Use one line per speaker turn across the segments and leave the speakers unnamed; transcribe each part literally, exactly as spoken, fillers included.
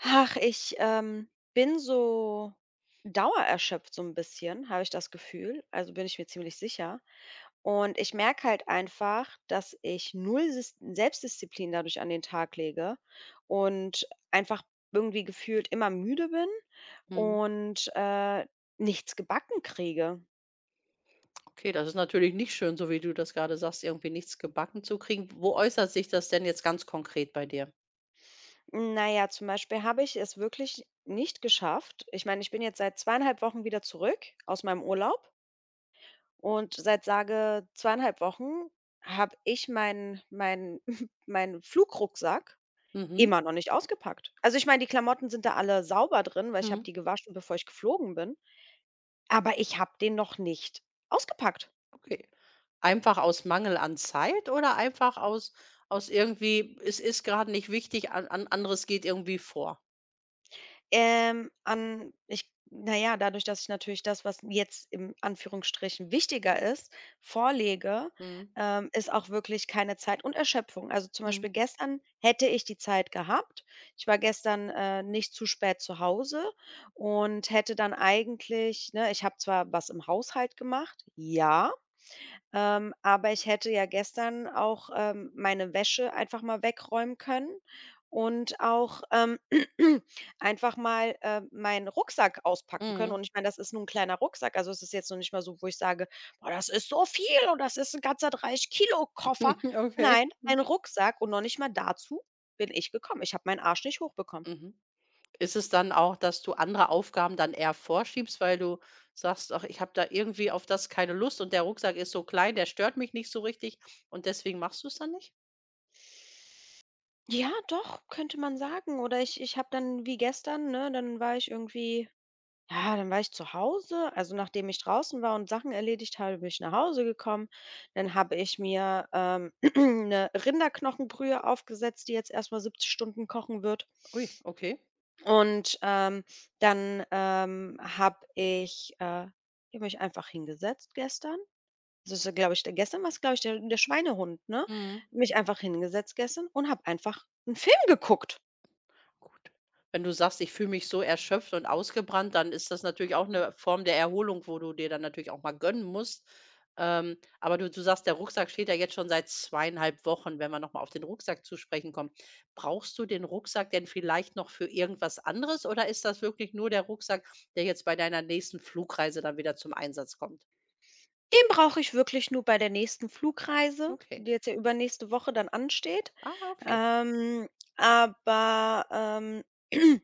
Ach, ich, ähm, bin so dauererschöpft so 'n bisschen, habe ich das Gefühl. Also, bin ich mir ziemlich sicher. Und ich merke halt einfach, dass ich null Sis Selbstdisziplin dadurch an den Tag lege und einfach irgendwie gefühlt immer müde bin
Mhm.
und, äh, nichts gebacken kriege.
Okay, das ist natürlich nicht schön, so wie du das gerade sagst, irgendwie nichts gebacken zu kriegen. Wo äußert sich das denn jetzt ganz konkret bei dir?
Na ja, zum Beispiel habe ich es wirklich nicht geschafft. Ich meine, ich bin jetzt seit zweieinhalb Wochen wieder zurück aus meinem Urlaub. Und seit sage zweieinhalb Wochen habe ich meinen meinen meinen Flugrucksack
Mhm.
immer noch nicht ausgepackt. Also, ich meine, die Klamotten sind da alle sauber drin, weil ich habe
Mhm.
die gewaschen, bevor ich geflogen bin, aber ich habe den noch nicht ausgepackt.
Okay. Einfach aus Mangel an Zeit oder einfach aus aus irgendwie, es ist gerade nicht wichtig, an an anderes geht irgendwie vor?
Ähm, an ich naja, dadurch, dass ich natürlich das, was jetzt im Anführungsstrichen wichtiger ist, vorlege,
Mhm.
ähm, ist auch wirklich keine Zeit und Erschöpfung. Also, zum
Mhm.
Beispiel gestern hätte ich die Zeit gehabt. Ich war gestern, äh, nicht zu spät zu Hause und hätte dann eigentlich, ne, ich habe zwar was im Haushalt gemacht, ja. Ähm, aber ich hätte ja gestern auch, ähm, meine Wäsche einfach mal wegräumen können und auch, ähm, einfach mal, äh, meinen Rucksack auspacken können.
Mhm.
Und ich meine, das ist nun 'n kleiner Rucksack. Also, es ist jetzt noch nicht mal so, wo ich sage: „Boah, das ist so viel und das ist ein ganzer dreißig Kilo Koffer."
Okay.
Nein, ein Rucksack und noch nicht mal dazu bin ich gekommen. Ich habe meinen Arsch nicht hochbekommen.
Mhm. Ist es dann auch, dass du andere Aufgaben dann eher vorschiebst, weil du sagst: „Ach, ich habe da irgendwie auf das keine Lust und der Rucksack ist so klein, der stört mich nicht so richtig“ und deswegen machst du es dann nicht?
Ja, doch, könnte man sagen. Oder ich ich habe dann wie gestern, ne, dann war ich irgendwie. Ja, dann war ich zu Hause. Also, nachdem ich draußen war und Sachen erledigt habe, bin ich nach Hause gekommen. Dann habe ich mir, ähm, 'ne Rinderknochenbrühe aufgesetzt, die jetzt erstmal mal siebzig Stunden kochen wird.
Ui, okay.
Und, ähm, dann, ähm, habe ich äh, habe mich einfach hingesetzt gestern. Das ist, glaube ich, der gestern war es, glaube ich, der der Schweinehund, ne?
Mhm.
Mich einfach hingesetzt gestern und habe einfach einen Film geguckt.
Gut. Wenn du sagst: „Ich fühle mich so erschöpft und ausgebrannt“, dann ist das natürlich auch eine Form der Erholung, wo du dir dann natürlich auch mal gönnen musst. Ähm, aber du du sagst, der Rucksack steht ja jetzt schon seit zweieinhalb Wochen, wenn wir noch mal auf den Rucksack zu sprechen kommen. Brauchst du den Rucksack denn vielleicht noch für irgendwas anderes oder ist das wirklich nur der Rucksack, der jetzt bei deiner nächsten Flugreise dann wieder zum Einsatz kommt?
Den brauche ich wirklich nur bei der nächsten Flugreise,
Okay.
die jetzt ja übernächste Woche dann ansteht.
Ah, okay.
Ähm, aber, ähm,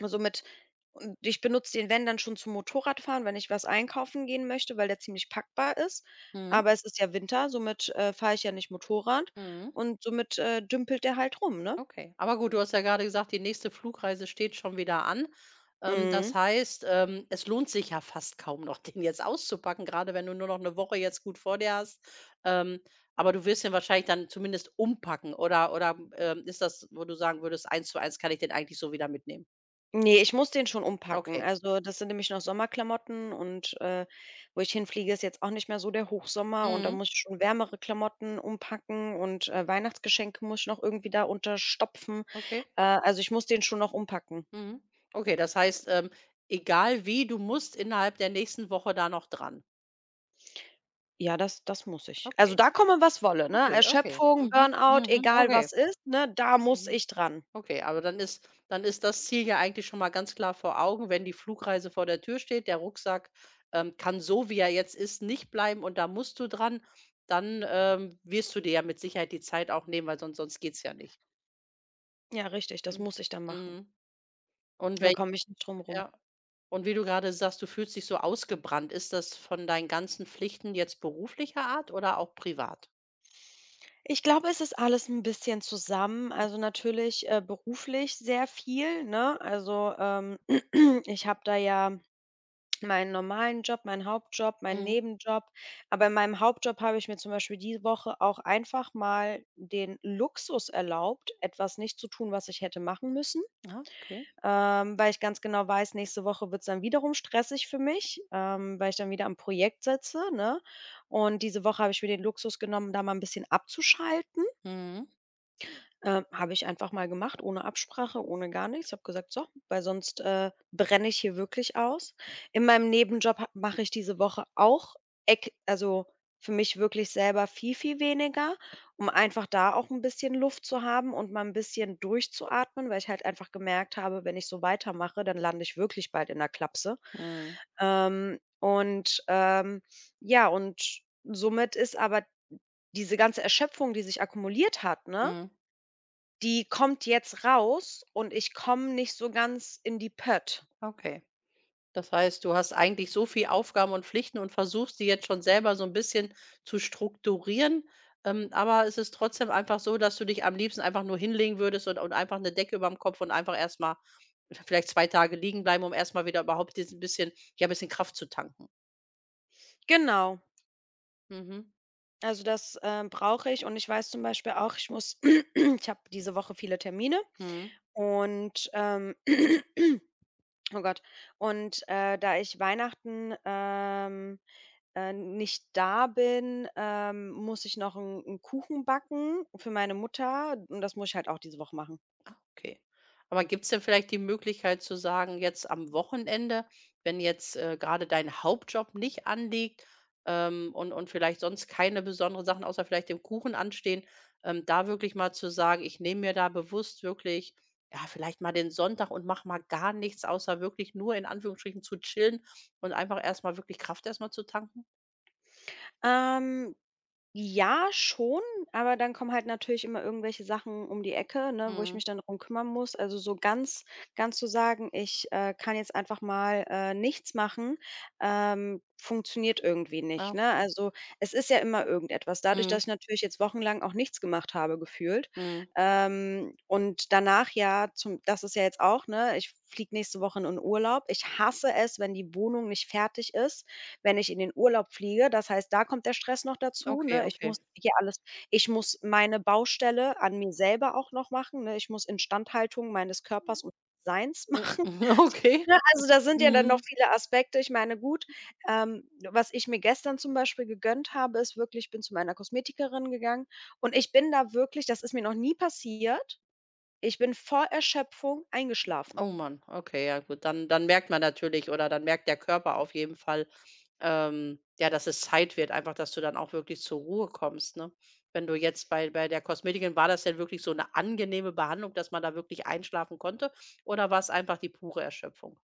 also mit und ich benutze den, Van dann schon zum Motorradfahren, wenn ich was einkaufen gehen möchte, weil der ziemlich packbar ist.
Mhm.
Aber es ist ja Winter, somit, äh, fahre ich ja nicht Motorrad
Mhm.
und somit, äh, dümpelt der halt rum, ne?
Okay, aber gut, du hast ja gerade gesagt, die nächste Flugreise steht schon wieder an. Ähm,
Mhm.
das heißt, ähm, es lohnt sich ja fast kaum noch, den jetzt auszupacken, gerade wenn du nur noch eine Woche jetzt gut vor dir hast. Ähm, aber du wirst den wahrscheinlich dann zumindest umpacken oder oder, ähm, ist das, wo du sagen würdest: „Eins zu eins kann ich den eigentlich so wieder mitnehmen?“
Ne, ich muss den schon umpacken.
Okay.
Also, das sind nämlich noch Sommerklamotten und, äh, wo ich hinfliege, ist jetzt auch nicht mehr so der Hochsommer und da
Mhm.
muss ich schon wärmere Klamotten umpacken und, äh, Weihnachtsgeschenke muss ich noch irgendwie da unterstopfen.
Okay.
Äh, also, ich muss den schon noch umpacken.
Mhm. Okay, das heißt, ähm, egal wie, du musst innerhalb der nächsten Woche da noch dran.
Ja, das das muss ich. Also,
Okay.
da komme, was wolle, ne?
Okay, okay.
Erschöpfung,
Mhm.
Burnout,
Mhm.
egal
Okay.
was ist, ne, da muss
Mhm.
ich dran.
Okay, aber dann ist dann ist das Ziel ja eigentlich schon mal ganz klar vor Augen, wenn die Flugreise vor der Tür steht, der Rucksack, ähm, kann so, wie er jetzt ist, nicht bleiben und da musst du dran, dann, ähm, wirst du dir ja mit Sicherheit die Zeit auch nehmen, weil sonst sonst geht's ja nicht.
Ja, richtig, das
Mhm.
muss ich dann machen.
Mhm. Und
Da
wenn
komme ich nicht drum rum.
ja, und wie du gerade sagst, du fühlst dich so ausgebrannt. Ist das von deinen ganzen Pflichten jetzt beruflicher Art oder auch privat?
Ich glaube, es ist alles ein bisschen zusammen. Also, natürlich, äh, beruflich sehr viel, ne? Also, ähm, ich habe da ja meinen normalen Job, meinen Hauptjob, meinen
Mhm.
Nebenjob. Aber in meinem Hauptjob habe ich mir zum Beispiel diese Woche auch einfach mal den Luxus erlaubt, etwas nicht zu tun, was ich hätte machen müssen,
Ah, okay.
ähm, weil ich ganz genau weiß, nächste Woche wird es dann wiederum stressig für mich, ähm, weil ich dann wieder am Projekt sitze, ne? Und diese Woche habe ich mir den Luxus genommen, da mal ein bisschen abzuschalten.
Mhm.
Ähm, habe ich einfach mal gemacht, ohne Absprache, ohne gar nichts. Ich habe gesagt: „So, weil sonst, äh, brenne ich hier wirklich aus." In meinem Nebenjob ha mache ich diese Woche auch ek also, für mich wirklich selber viel, viel weniger, um einfach da auch ein bisschen Luft zu haben und mal ein bisschen durchzuatmen, weil ich halt einfach gemerkt habe, wenn ich so weitermache, dann lande ich wirklich bald in der Klapse.
Mhm.
Ähm, und, ähm, ja, und somit ist aber diese ganze Erschöpfung, die sich akkumuliert hat, ne,
Mhm.
die kommt jetzt raus und ich komme nicht so ganz in die Pött.
Okay. Das heißt, du hast eigentlich so viel Aufgaben und Pflichten und versuchst, die jetzt schon selber so ein bisschen zu strukturieren, ähm, aber es ist trotzdem einfach so, dass du dich am liebsten einfach nur hinlegen würdest und und einfach eine Decke über dem Kopf und einfach erst mal vielleicht zwei Tage liegen bleiben, um erst mal wieder überhaupt diesen bisschen ja, bisschen Kraft zu tanken.
Genau.
Mhm,
Also das, ähm, brauche ich und ich weiß zum Beispiel auch, ich muss ich habe diese Woche viele Termine
mhm.
und, ähm oh Gott, und, äh, da ich Weihnachten, ähm, äh, nicht da bin, ähm, muss ich noch 'n 'n Kuchen backen für meine Mutter und das muss ich halt auch diese Woche machen.
Ah, okay. Aber gibt es denn vielleicht die Möglichkeit zu sagen, jetzt am Wochenende, wenn jetzt, äh, grade dein Hauptjob nicht anliegt, ähm, und und vielleicht sonst keine besonderen Sachen außer vielleicht dem Kuchen anstehen, ähm, da wirklich mal zu sagen: „Ich nehme mir da bewusst wirklich, ja, vielleicht mal den Sonntag und mache mal gar nichts, außer wirklich nur in Anführungsstrichen zu chillen und einfach erst mal wirklich Kraft erst mal zu tanken?“
Ähm, ja, schon, aber dann kommen halt natürlich immer irgendwelche Sachen um die Ecke, ne, wo ich mich
Mhm.
dann drum kümmern muss. Also so ganz ganz zu sagen, ich, äh, kann jetzt einfach mal, äh, nichts machen, ähm, funktioniert irgendwie
Ah,
nicht, ne?
okay.
Also, es ist ja immer irgendetwas. Dadurch,
Mhm,
dass ich natürlich jetzt wochenlang auch nichts gemacht habe gefühlt,
mhm.
ähm, und danach ja zum das ist ja jetzt auch, ne, ich fliege nächste Woche in Urlaub. Ich hasse es, wenn die Wohnung nicht fertig ist, wenn ich in den Urlaub fliege. Das heißt, da kommt der Stress noch dazu,
Okay,
ne? Ich muss
okay.
hier alles. Ich muss meine Baustelle an mir selber auch noch machen, ne? Ich muss Instandhaltung meines Körpers und Seins
Hm,
machen,
okay.
ne? Also, da sind ja dann noch
Mhm.
viele Aspekte. Ich meine, gut, ähm, was ich mir gestern zum Beispiel gegönnt habe, ist wirklich, ich bin zu meiner Kosmetikerin gegangen und ich bin da wirklich, das ist mir noch nie passiert, ich bin vor Erschöpfung eingeschlafen.
Oh Mann, okay, ja gut. Dann dann merkt man natürlich oder dann merkt der Körper auf jeden Fall, ähm, ja, dass es Zeit wird einfach, dass du dann auch wirklich zur Ruhe kommst, ne? Wenn du jetzt bei bei der Kosmetikerin war das denn wirklich so eine angenehme Behandlung, dass man da wirklich einschlafen konnte oder war es einfach die pure Erschöpfung?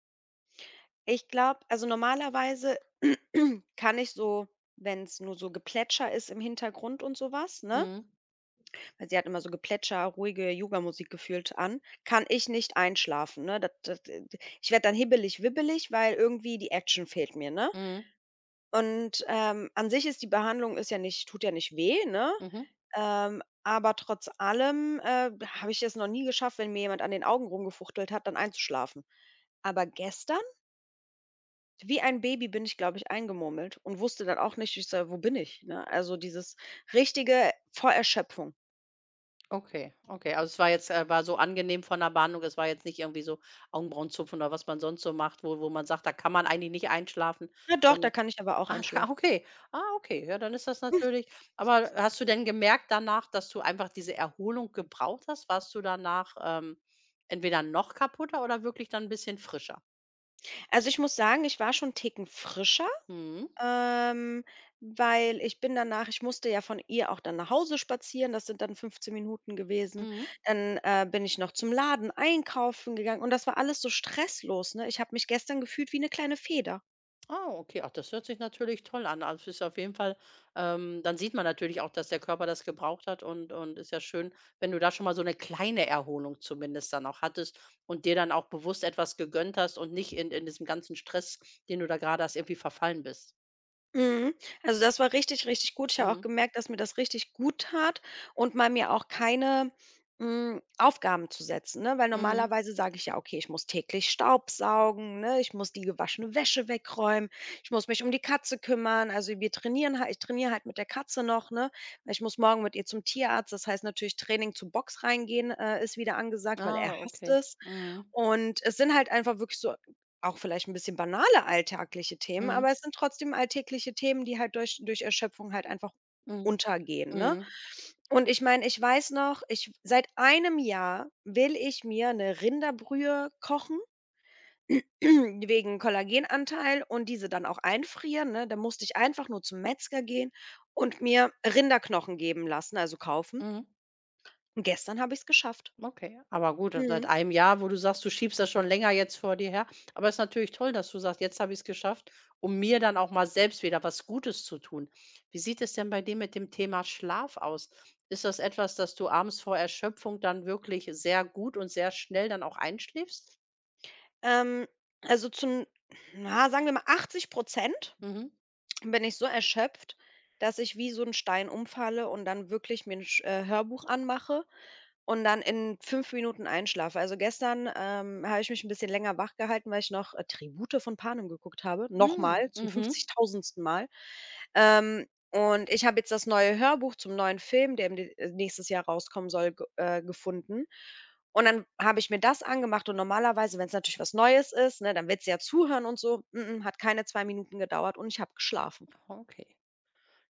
Ich glaube, also normalerweise kann ich so, wenn es nur so Geplätscher ist im Hintergrund und sowas, ne?
Mhm.
Weil sie hat immer so Geplätscher, ruhige Yoga Musik gefühlt an, kann ich nicht einschlafen, ne? Dat dat ich werde dann hibbelig-wibbelig, weil irgendwie die Action fehlt mir, ne?
Mhm.
Und, ähm, an sich ist die Behandlung, ist ja nicht, tut ja nicht weh, ne?
Mhm.
Ähm, aber trotz allem, äh, habe ich es noch nie geschafft, wenn mir jemand an den Augen rumgefuchtelt hat, dann einzuschlafen. Aber gestern, wie ein Baby bin ich, glaube ich, eingemurmelt und wusste dann auch nicht, ich so: „Wo bin ich?", ne? Also, dieses richtige vor Erschöpfung.
Okay, okay. Also, es war jetzt äh, war so angenehm von der Behandlung. Es war jetzt nicht irgendwie so Augenbrauenzupfen oder was man sonst so macht, wo wo man sagt, da kann man eigentlich nicht einschlafen,
Na doch, da
sondern
kann ich aber auch
Ah, da ah,
einschlafen.
okay. Ah, okay. Ja, dann ist das natürlich aber hast du denn gemerkt danach, dass du einfach diese Erholung gebraucht hast? Warst du danach, ähm, entweder noch kaputter oder wirklich dann ein bisschen frischer?
Also, ich muss sagen, ich war schon 'n Ticken frischer,
Mhm,
ähm, weil ich bin danach, ich musste ja von ihr auch dann nach Hause spazieren, das sind dann fünfzehn Minuten gewesen.
mhm.
Dann, äh, bin ich noch zum Laden einkaufen gegangen und das war alles so stresslos, ne? Ich habe mich gestern gefühlt wie eine kleine Feder.
Ah, okay. Ach, das hört sich natürlich toll an. Also, es ist auf jeden Fall ähm, dann sieht man natürlich auch, dass der Körper das gebraucht hat und und ist ja schön, wenn du da schon mal so eine kleine Erholung zumindest dann auch hattest und dir dann auch bewusst etwas gegönnt hast und nicht in in diesem ganzen Stress, den du da gerade hast, irgendwie verfallen bist.
Mhm. Also, das war richtig, richtig gut. Ich habe auch
Mhm,
gemerkt, dass mir das richtig gut tat und mal mir auch keine, hm, Aufgaben zu setzen, ne? Weil
mhm.
normalerweise sage ich ja: „Okay, ich muss täglich staubsaugen, ne? Ich muss die gewaschene Wäsche wegräumen. Ich muss mich um die Katze kümmern." Also, wir trainieren halt ich trainiere halt mit der Katze noch, ne? Weil ich muss morgen mit ihr zum Tierarzt. Das heißt natürlich Training zu Box reingehen, äh, ist wieder angesagt, weil er
Ah,
hasst
okay.
es.
Mhm.
Und es sind halt einfach wirklich so auch vielleicht ein bisschen banale alltägliche Themen,
Mhm.
aber es sind trotzdem alltägliche Themen, die halt durch durch Erschöpfung halt einfach
Mhm.
untergehen, ne?
Mhm.
Und ich meine, ich weiß noch, ich seit einem Jahr will ich mir eine Rinderbrühe kochen wegen Kollagenanteil und diese dann auch einfrieren, ne? Da musste ich einfach nur zum Metzger gehen und mir Rinderknochen geben lassen, also kaufen.
Mhm.
Und gestern habe ich es geschafft.
Okay, aber gut, seit
Mhm.
einem Jahr, wo du sagst, du schiebst das schon länger jetzt vor dir her. Aber es ist natürlich toll, dass du sagst, jetzt habe ich es geschafft, um mir dann auch mal selbst wieder was Gutes zu tun. Wie sieht es denn bei dir mit dem Thema Schlaf aus? Ist das etwas, dass du abends vor Erschöpfung dann wirklich sehr gut und sehr schnell dann auch einschläfst?
Ähm, also, zu na, sagen wir mal achtzig Prozent,
Mhm.
bin ich so erschöpft, dass ich wie so ein Stein umfalle und dann wirklich mir 'n Sch äh, Hörbuch anmache und dann in fünf Minuten einschlafe. Also, gestern, ähm, habe ich mich ein bisschen länger wach gehalten, weil ich noch, äh, „Tribute von Panem" geguckt habe,
Mhm.
nochmal zum
Mhm.
fünfzigtausendsten. Mal. Ähm, und ich habe jetzt das neue Hörbuch zum neuen Film, der im De äh, nächstes Jahr rauskommen soll, ge äh, gefunden. Und dann habe ich mir das angemacht und normalerweise, wenn es natürlich was Neues ist, ne, dann willst du ja zuhören und so. Mm-mm, hat keine zwei Minuten gedauert und ich habe geschlafen.
Okay.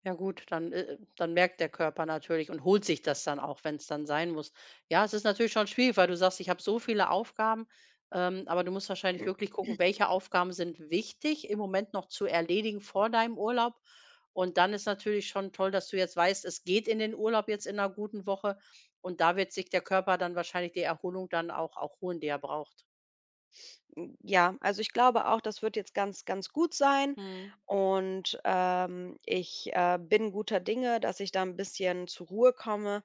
Ja gut, dann, äh, dann merkt der Körper natürlich und holt sich das dann auch, wenn es dann sein muss. Ja, es ist natürlich schon schwierig, weil du sagst: „Ich habe so viele Aufgaben“, ähm, aber du musst wahrscheinlich wirklich gucken, welche Aufgaben sind wichtig im Moment noch zu erledigen vor deinem Urlaub. Und dann ist natürlich schon toll, dass du jetzt weißt, es geht in den Urlaub jetzt in einer guten Woche und da wird sich der Körper dann wahrscheinlich die Erholung dann auch auch holen, die er braucht.
Hm, ja, also ich glaube auch, das wird jetzt ganz, ganz gut sein
Mhm,
und, ähm, ich, äh, bin guter Dinge, dass ich da ein bisschen zur Ruhe komme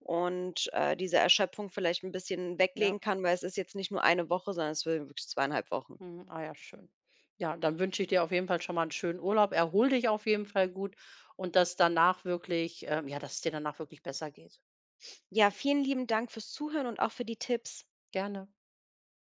und, äh, diese Erschöpfung vielleicht ein bisschen
ja.
weglegen kann, weil es ist jetzt nicht nur eine Woche, sondern es wird wirklich zweieinhalb Wochen.
Mhm. Ah ja, schön. Ja, dann wünsche ich dir auf jeden Fall schon mal einen schönen Urlaub. Erhol dich auf jeden Fall gut und dass danach wirklich ähm, ja, dass es dir danach wirklich besser geht.
Ja, vielen lieben Dank fürs Zuhören und auch für die Tipps.
Gerne.